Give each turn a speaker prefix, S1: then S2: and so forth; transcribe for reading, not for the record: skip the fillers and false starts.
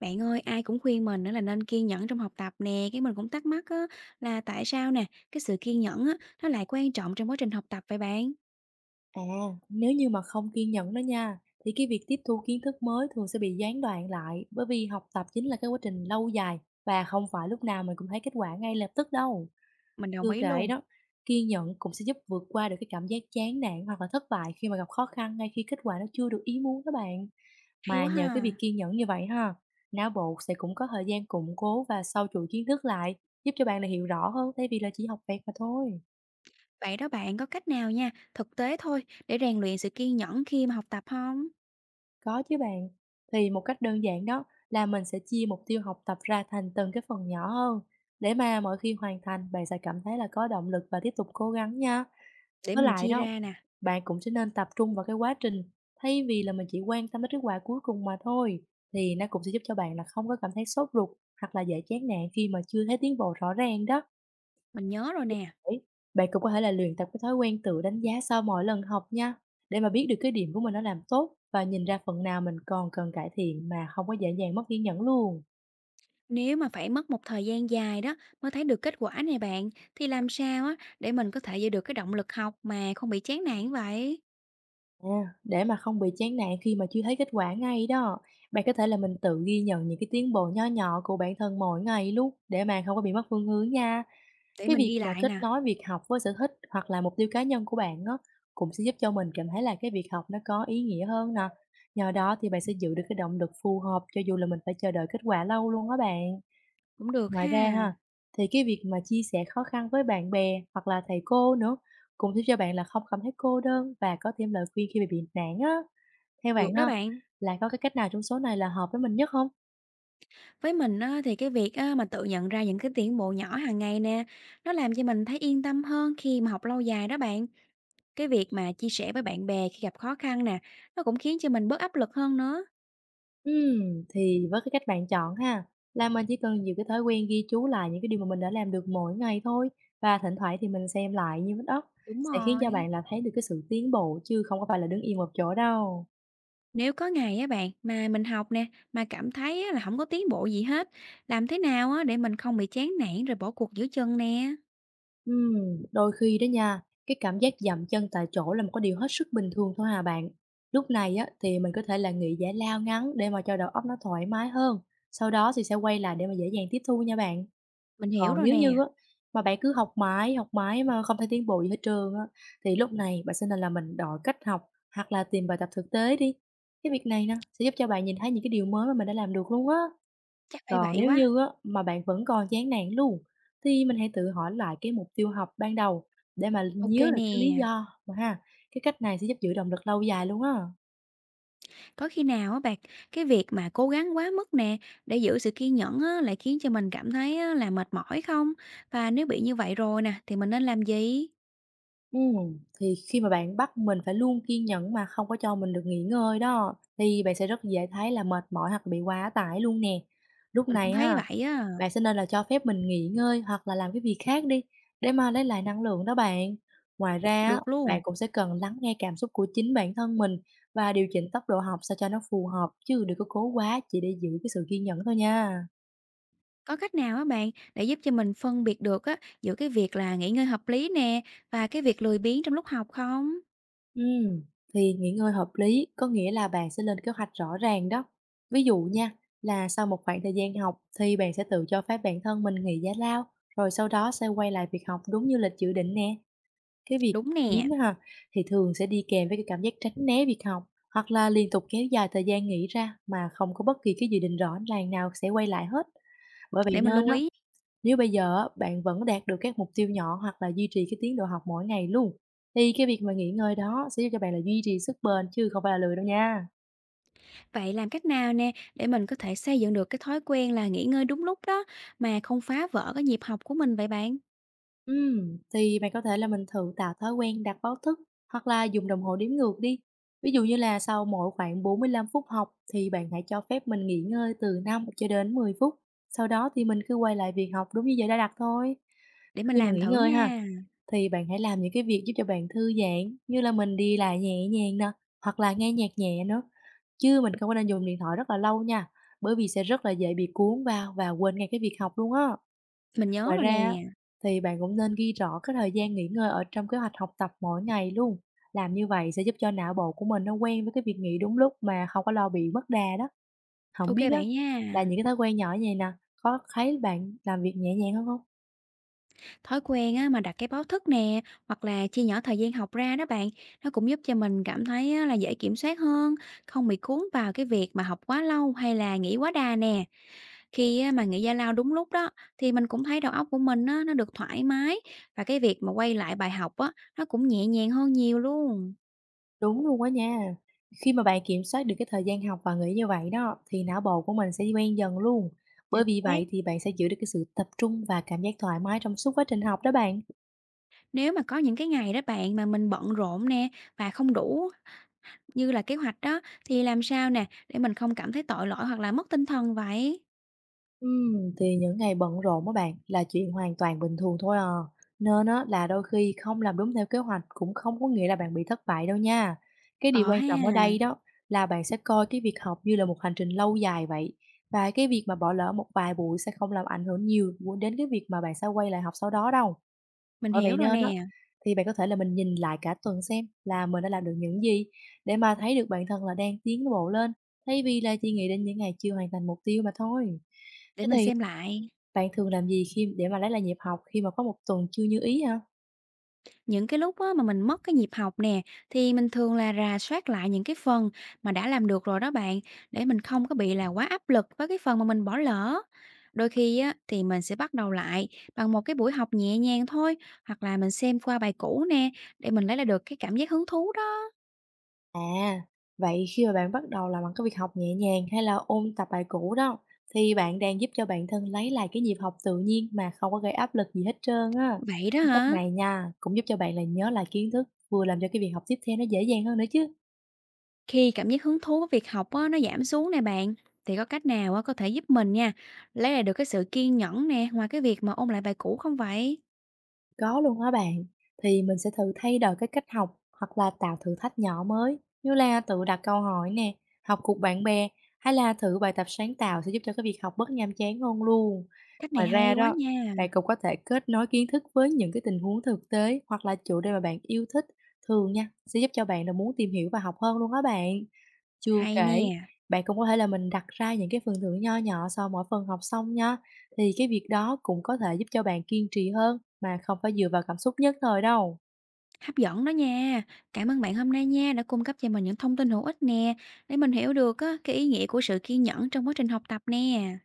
S1: Bạn ơi, ai cũng khuyên mình á là nên kiên nhẫn trong học tập nè, cái mình cũng thắc mắc á là tại sao nè, cái sự kiên nhẫn á nó lại quan trọng trong quá trình học tập vậy bạn?
S2: À, nếu như mà không kiên nhẫn đó nha, thì cái việc tiếp thu kiến thức mới thường sẽ bị gián đoạn lại bởi vì học tập chính là cái quá trình lâu dài và không phải lúc nào mình cũng thấy kết quả ngay lập tức đâu.
S1: Mình đồng
S2: Chưa
S1: ý
S2: kể
S1: luôn.
S2: đó, kiên nhẫn cũng sẽ giúp vượt qua được cái cảm giác chán nản hoặc là thất bại khi mà gặp khó khăn ngay khi kết quả nó chưa được ý muốn đó bạn.
S1: Hay
S2: Mà
S1: quá
S2: nhờ cái việc
S1: ha.
S2: kiên nhẫn như vậy ha, não bộ sẽ cũng có thời gian củng cố và sâu chuỗi kiến thức lại, giúp cho bạn là hiểu rõ hơn thay vì là chỉ học vẹt mà thôi.
S1: Vậy đó bạn có cách nào nha, thực tế thôi để rèn luyện sự kiên nhẫn khi mà học tập không?
S2: Có chứ bạn. Thì một cách đơn giản đó là mình sẽ chia mục tiêu học tập ra thành từng cái phần nhỏ hơn để mà mỗi khi hoàn thành bạn sẽ cảm thấy là có động lực và tiếp tục cố gắng nha.
S1: Để
S2: Với
S1: mình
S2: lại
S1: chia
S2: đó,
S1: ra nè,
S2: bạn cũng sẽ nên tập trung vào cái quá trình thay vì là mình chỉ quan tâm đến kết quả cuối cùng mà thôi. Thì nó cũng sẽ giúp cho bạn là không có cảm thấy sốt ruột hoặc là dễ chán nản khi mà chưa thấy tiến bộ rõ ràng đó.
S1: mình nhớ rồi nè.
S2: Đấy, bạn cũng có thể là luyện tập cái thói quen tự đánh giá sau mỗi lần học nha, để mà biết được cái điểm của mình nó làm tốt và nhìn ra phần nào mình còn cần cải thiện mà không có dễ dàng mất kiên nhẫn luôn.
S1: Nếu mà phải mất một thời gian dài đó mới thấy được kết quả này bạn thì làm sao á để mình có thể giữ được cái động lực học mà không bị chán nản vậy?
S2: À, để mà không bị chán nản khi mà chưa thấy kết quả ngay đó, bạn có thể là mình tự ghi nhận những cái tiến bộ nho nhỏ của bản thân mỗi ngày luôn để mà không có bị mất phương hướng nha.
S1: Để
S2: Cái
S1: mình
S2: việc
S1: ghi
S2: mà
S1: lại
S2: kết
S1: nè,
S2: nối việc học với sở thích hoặc là mục tiêu cá nhân của bạn á, cũng sẽ giúp cho mình cảm thấy là cái việc học nó có ý nghĩa hơn nè. Nhờ đó thì bạn sẽ giữ được cái động lực phù hợp cho dù là mình phải chờ đợi kết quả lâu luôn á bạn.
S1: cũng được
S2: Ngoài ra
S1: ha.
S2: ha, thì cái việc mà chia sẻ khó khăn với bạn bè hoặc là thầy cô nữa cũng giúp cho bạn là không cảm thấy cô đơn và có thêm lời khuyên khi bị nản á. Theo bạn
S1: Được đó
S2: ha,
S1: bạn.
S2: là có cái cách nào trong số này là hợp với mình nhất không?
S1: Với mình á, thì cái việc á, mà tự nhận ra những cái tiến bộ nhỏ hàng ngày nè, nó làm cho mình thấy yên tâm hơn khi mà học lâu dài đó bạn. Cái việc mà chia sẻ với bạn bè khi gặp khó khăn nè, nó cũng khiến cho mình bớt áp lực hơn nữa.
S2: Thì với cái cách bạn chọn ha, là mình chỉ cần giữ cái thói quen ghi chú lại những cái điều mà mình đã làm được mỗi ngày thôi và thỉnh thoảng thì mình xem lại như vết đất
S1: Đúng
S2: sẽ khiến cho
S1: rồi.
S2: bạn là thấy được cái sự tiến bộ chứ không có phải là đứng yên một chỗ đâu.
S1: Nếu có ngày á bạn mà mình học nè, mà cảm thấy á, là không có tiến bộ gì hết, làm thế nào á để mình không bị chán nản rồi bỏ cuộc giữa chừng nè.
S2: Đôi khi đó nha, cái cảm giác dậm chân tại chỗ là một cái điều hết sức bình thường thôi hà bạn. Lúc này á thì mình có thể là nghỉ giải lao ngắn để mà cho đầu óc nó thoải mái hơn, sau đó thì sẽ quay lại để mà dễ dàng tiếp thu nha bạn.
S1: Mình hiểu
S2: Còn
S1: rồi
S2: nếu như
S1: nè,
S2: á mà bạn cứ học mãi mà không thể tiến bộ gì hết trơn á, thì lúc này bạn sẽ nên là mình đổi cách học hoặc là tìm bài tập thực tế đi. Cái việc này nè sẽ giúp cho bạn nhìn thấy những cái điều mới mà mình đã làm được luôn á.
S1: chắc phải
S2: Còn
S1: vậy
S2: nếu
S1: quá.
S2: như á mà bạn vẫn còn chán nản luôn, thì mình hãy tự hỏi lại cái mục tiêu học ban đầu để mà
S1: Ok
S2: nhớ được cái lý
S1: nè.
S2: do mà ha. Cái cách này sẽ giúp giữ động lực lâu dài luôn á.
S1: Có khi nào á bạn, cái việc mà cố gắng quá mức nè để giữ sự kiên nhẫn á, lại khiến cho mình cảm thấy á, là mệt mỏi không? Và nếu bị như vậy rồi nè thì mình nên làm gì?
S2: Thì khi mà bạn bắt mình phải luôn kiên nhẫn mà không có cho mình được nghỉ ngơi đó, thì bạn sẽ rất dễ thấy là mệt mỏi hoặc bị quá tải luôn nè. Lúc
S1: Mình cũng
S2: này
S1: thấy
S2: ha,
S1: vậy á,
S2: bạn sẽ nên là cho phép mình nghỉ ngơi hoặc là làm cái việc khác đi để mà lấy lại năng lượng đó bạn. Ngoài ra á,
S1: được
S2: bạn
S1: luôn.
S2: cũng sẽ cần lắng nghe cảm xúc của chính bản thân mình và điều chỉnh tốc độ học sao cho nó phù hợp, chứ đừng có cố quá chỉ để giữ cái sự kiên nhẫn thôi nha.
S1: Có cách nào á bạn để giúp cho mình phân biệt được á giữa cái việc là nghỉ ngơi hợp lý nè và cái việc lười biếng trong lúc học không?
S2: Ừm, thì nghỉ ngơi hợp lý có nghĩa là bạn sẽ lên kế hoạch rõ ràng đó. Ví dụ nha, là sau một khoảng thời gian học thì bạn sẽ tự cho phép bản thân mình nghỉ giải lao, rồi sau đó sẽ quay lại việc học đúng như lịch dự định nè. Cái việc
S1: Đúng nè,
S2: biếng á ha, thì thường sẽ đi kèm với cái cảm giác tránh né việc học, hoặc là liên tục kéo dài thời gian nghỉ ra mà không có bất kỳ cái dự định rõ ràng nào sẽ quay lại hết. Bởi vậy
S1: để mình
S2: nên
S1: lưu
S2: á,
S1: ý.
S2: nếu bây giờ á, bạn vẫn đạt được các mục tiêu nhỏ hoặc là duy trì cái tiến độ học mỗi ngày luôn, thì cái việc mà nghỉ ngơi đó sẽ giúp cho bạn là duy trì sức bền chứ không phải là lười đâu nha.
S1: Vậy làm cách nào nè để mình có thể xây dựng được cái thói quen là nghỉ ngơi đúng lúc đó mà không phá vỡ cái nhịp học của mình vậy bạn?
S2: Thì bạn có thể là mình thử tạo thói quen đặt báo thức hoặc là dùng đồng hồ đếm ngược đi. Ví dụ như là sau mỗi khoảng 45 phút học thì bạn hãy cho phép mình nghỉ ngơi từ 5 cho đến 10 phút. Sau đó thì mình cứ quay lại việc học đúng như giờ đã đặt thôi.
S1: Để mình
S2: Khi mà
S1: làm
S2: nghỉ
S1: thử
S2: ngơi ha,
S1: nha.
S2: thì bạn hãy làm những cái việc giúp cho bạn thư giãn như là mình đi lại nhẹ nhàng nè, hoặc là nghe nhạc nhẹ nữa. Chứ mình không có nên dùng điện thoại rất là lâu nha, bởi vì sẽ rất là dễ bị cuốn vào và quên ngay cái việc học luôn á.
S1: Mình nhớ
S2: Ngoài
S1: rồi nè.
S2: ra á, thì bạn cũng nên ghi rõ cái thời gian nghỉ ngơi ở trong kế hoạch học tập mỗi ngày luôn. Làm như vậy sẽ giúp cho não bộ của mình nó quen với cái việc nghỉ đúng lúc mà không có lo bị mất đà đó. Không
S1: OK
S2: biết á,
S1: bạn
S2: là
S1: nha.
S2: những cái thói quen nhỏ như vậy nè, có thấy bạn làm việc nhẹ nhàng hơn không?
S1: Thói quen á mà đặt cái báo thức nè, hoặc là chia nhỏ thời gian học ra đó bạn, nó cũng giúp cho mình cảm thấy á là dễ kiểm soát hơn, không bị cuốn vào cái việc mà học quá lâu hay là nghỉ quá đà nè. Khi á mà nghỉ giải lao đúng lúc đó, thì mình cũng thấy đầu óc của mình á nó được thoải mái và cái việc mà quay lại bài học á, nó cũng nhẹ nhàng hơn nhiều luôn.
S2: Đúng luôn á nha. Khi mà bạn kiểm soát được cái thời gian học và nghỉ như vậy đó, thì não bộ của mình sẽ quen dần luôn.
S1: Chính
S2: Bởi vì
S1: xác.
S2: vậy thì bạn sẽ giữ được cái sự tập trung và cảm giác thoải mái trong suốt quá trình học đó bạn.
S1: Nếu mà có những cái ngày đó bạn mà mình bận rộn nè và không đủ như là kế hoạch đó, thì làm sao nè để mình không cảm thấy tội lỗi hoặc là mất tinh thần vậy?
S2: Thì những ngày bận rộn á bạn là chuyện hoàn toàn bình thường thôi à. Nên á, là đôi khi không làm đúng theo kế hoạch cũng không có nghĩa là bạn bị thất bại đâu nha. Cái điều
S1: Ờ
S2: quan
S1: ha,
S2: trọng ở đây đó là bạn sẽ coi cái việc học như là một hành trình lâu dài vậy. Và cái việc mà bỏ lỡ một vài buổi sẽ không làm ảnh hưởng nhiều đến cái việc mà bạn sẽ quay lại học sau đó đâu.
S1: mình
S2: Bởi vậy
S1: hiểu rồi
S2: nên á,
S1: nè,
S2: thì bạn có thể là mình nhìn lại cả tuần xem là mình đã làm được những gì để mà thấy được bản thân là đang tiến bộ lên, thay vì là chỉ nghĩ đến những ngày chưa hoàn thành mục tiêu mà thôi.
S1: để
S2: Thế
S1: mình
S2: thì
S1: xem lại.
S2: bạn thường làm gì khi để mà lấy lại nhịp học khi mà có một tuần chưa như ý hả?
S1: Những cái lúc á, mà mình mất cái nhịp học nè, thì mình thường là rà soát lại những cái phần mà đã làm được rồi đó bạn, để mình không có bị là quá áp lực với cái phần mà mình bỏ lỡ. Đôi khi á, thì mình sẽ bắt đầu lại bằng một cái buổi học nhẹ nhàng thôi, hoặc là mình xem qua bài cũ nè, để mình lấy lại được cái cảm giác hứng thú đó.
S2: À, vậy khi mà bạn bắt đầu làm bằng cái việc học nhẹ nhàng hay là ôn tập bài cũ đó, thì bạn đang giúp cho bản thân lấy lại cái nhịp học tự nhiên mà không có gây áp lực gì hết trơn á.
S1: Vậy đó
S2: Cái cách
S1: hả?
S2: này nha, cũng giúp cho bạn là nhớ lại kiến thức, vừa làm cho cái việc học tiếp theo nó dễ dàng hơn nữa chứ.
S1: Khi cảm giác hứng thú với việc học á, nó giảm xuống nè bạn, thì có cách nào á, có thể giúp mình nha, lấy lại được cái sự kiên nhẫn nè, ngoài cái việc mà ôn lại bài cũ không vậy?
S2: Có luôn á bạn, thì mình sẽ thử thay đổi cái cách học hoặc là tạo thử thách nhỏ mới như là tự đặt câu hỏi nè, học cùng bạn bè hay là thử bài tập sáng tạo sẽ giúp cho cái việc học bớt nhàm chán hơn luôn.
S1: Cách này
S2: Ngoài
S1: hay
S2: ra
S1: quá
S2: đó,
S1: nha,
S2: bạn cũng có thể kết nối kiến thức với những cái tình huống thực tế hoặc là chủ đề mà bạn yêu thích thường nha, sẽ giúp cho bạn là muốn tìm hiểu và học hơn luôn á bạn. Chưa
S1: hay
S2: kể,
S1: nè,
S2: bạn cũng có thể là mình đặt ra những cái phần thưởng nho nhỏ sau mỗi phần học xong nha, thì cái việc đó cũng có thể giúp cho bạn kiên trì hơn mà không phải dựa vào cảm xúc nhất thời đâu.
S1: hấp dẫn đó nha. Cảm ơn bạn hôm nay nha, đã cung cấp cho mình những thông tin hữu ích nè, để mình hiểu được á, cái ý nghĩa của sự kiên nhẫn trong quá trình học tập nè.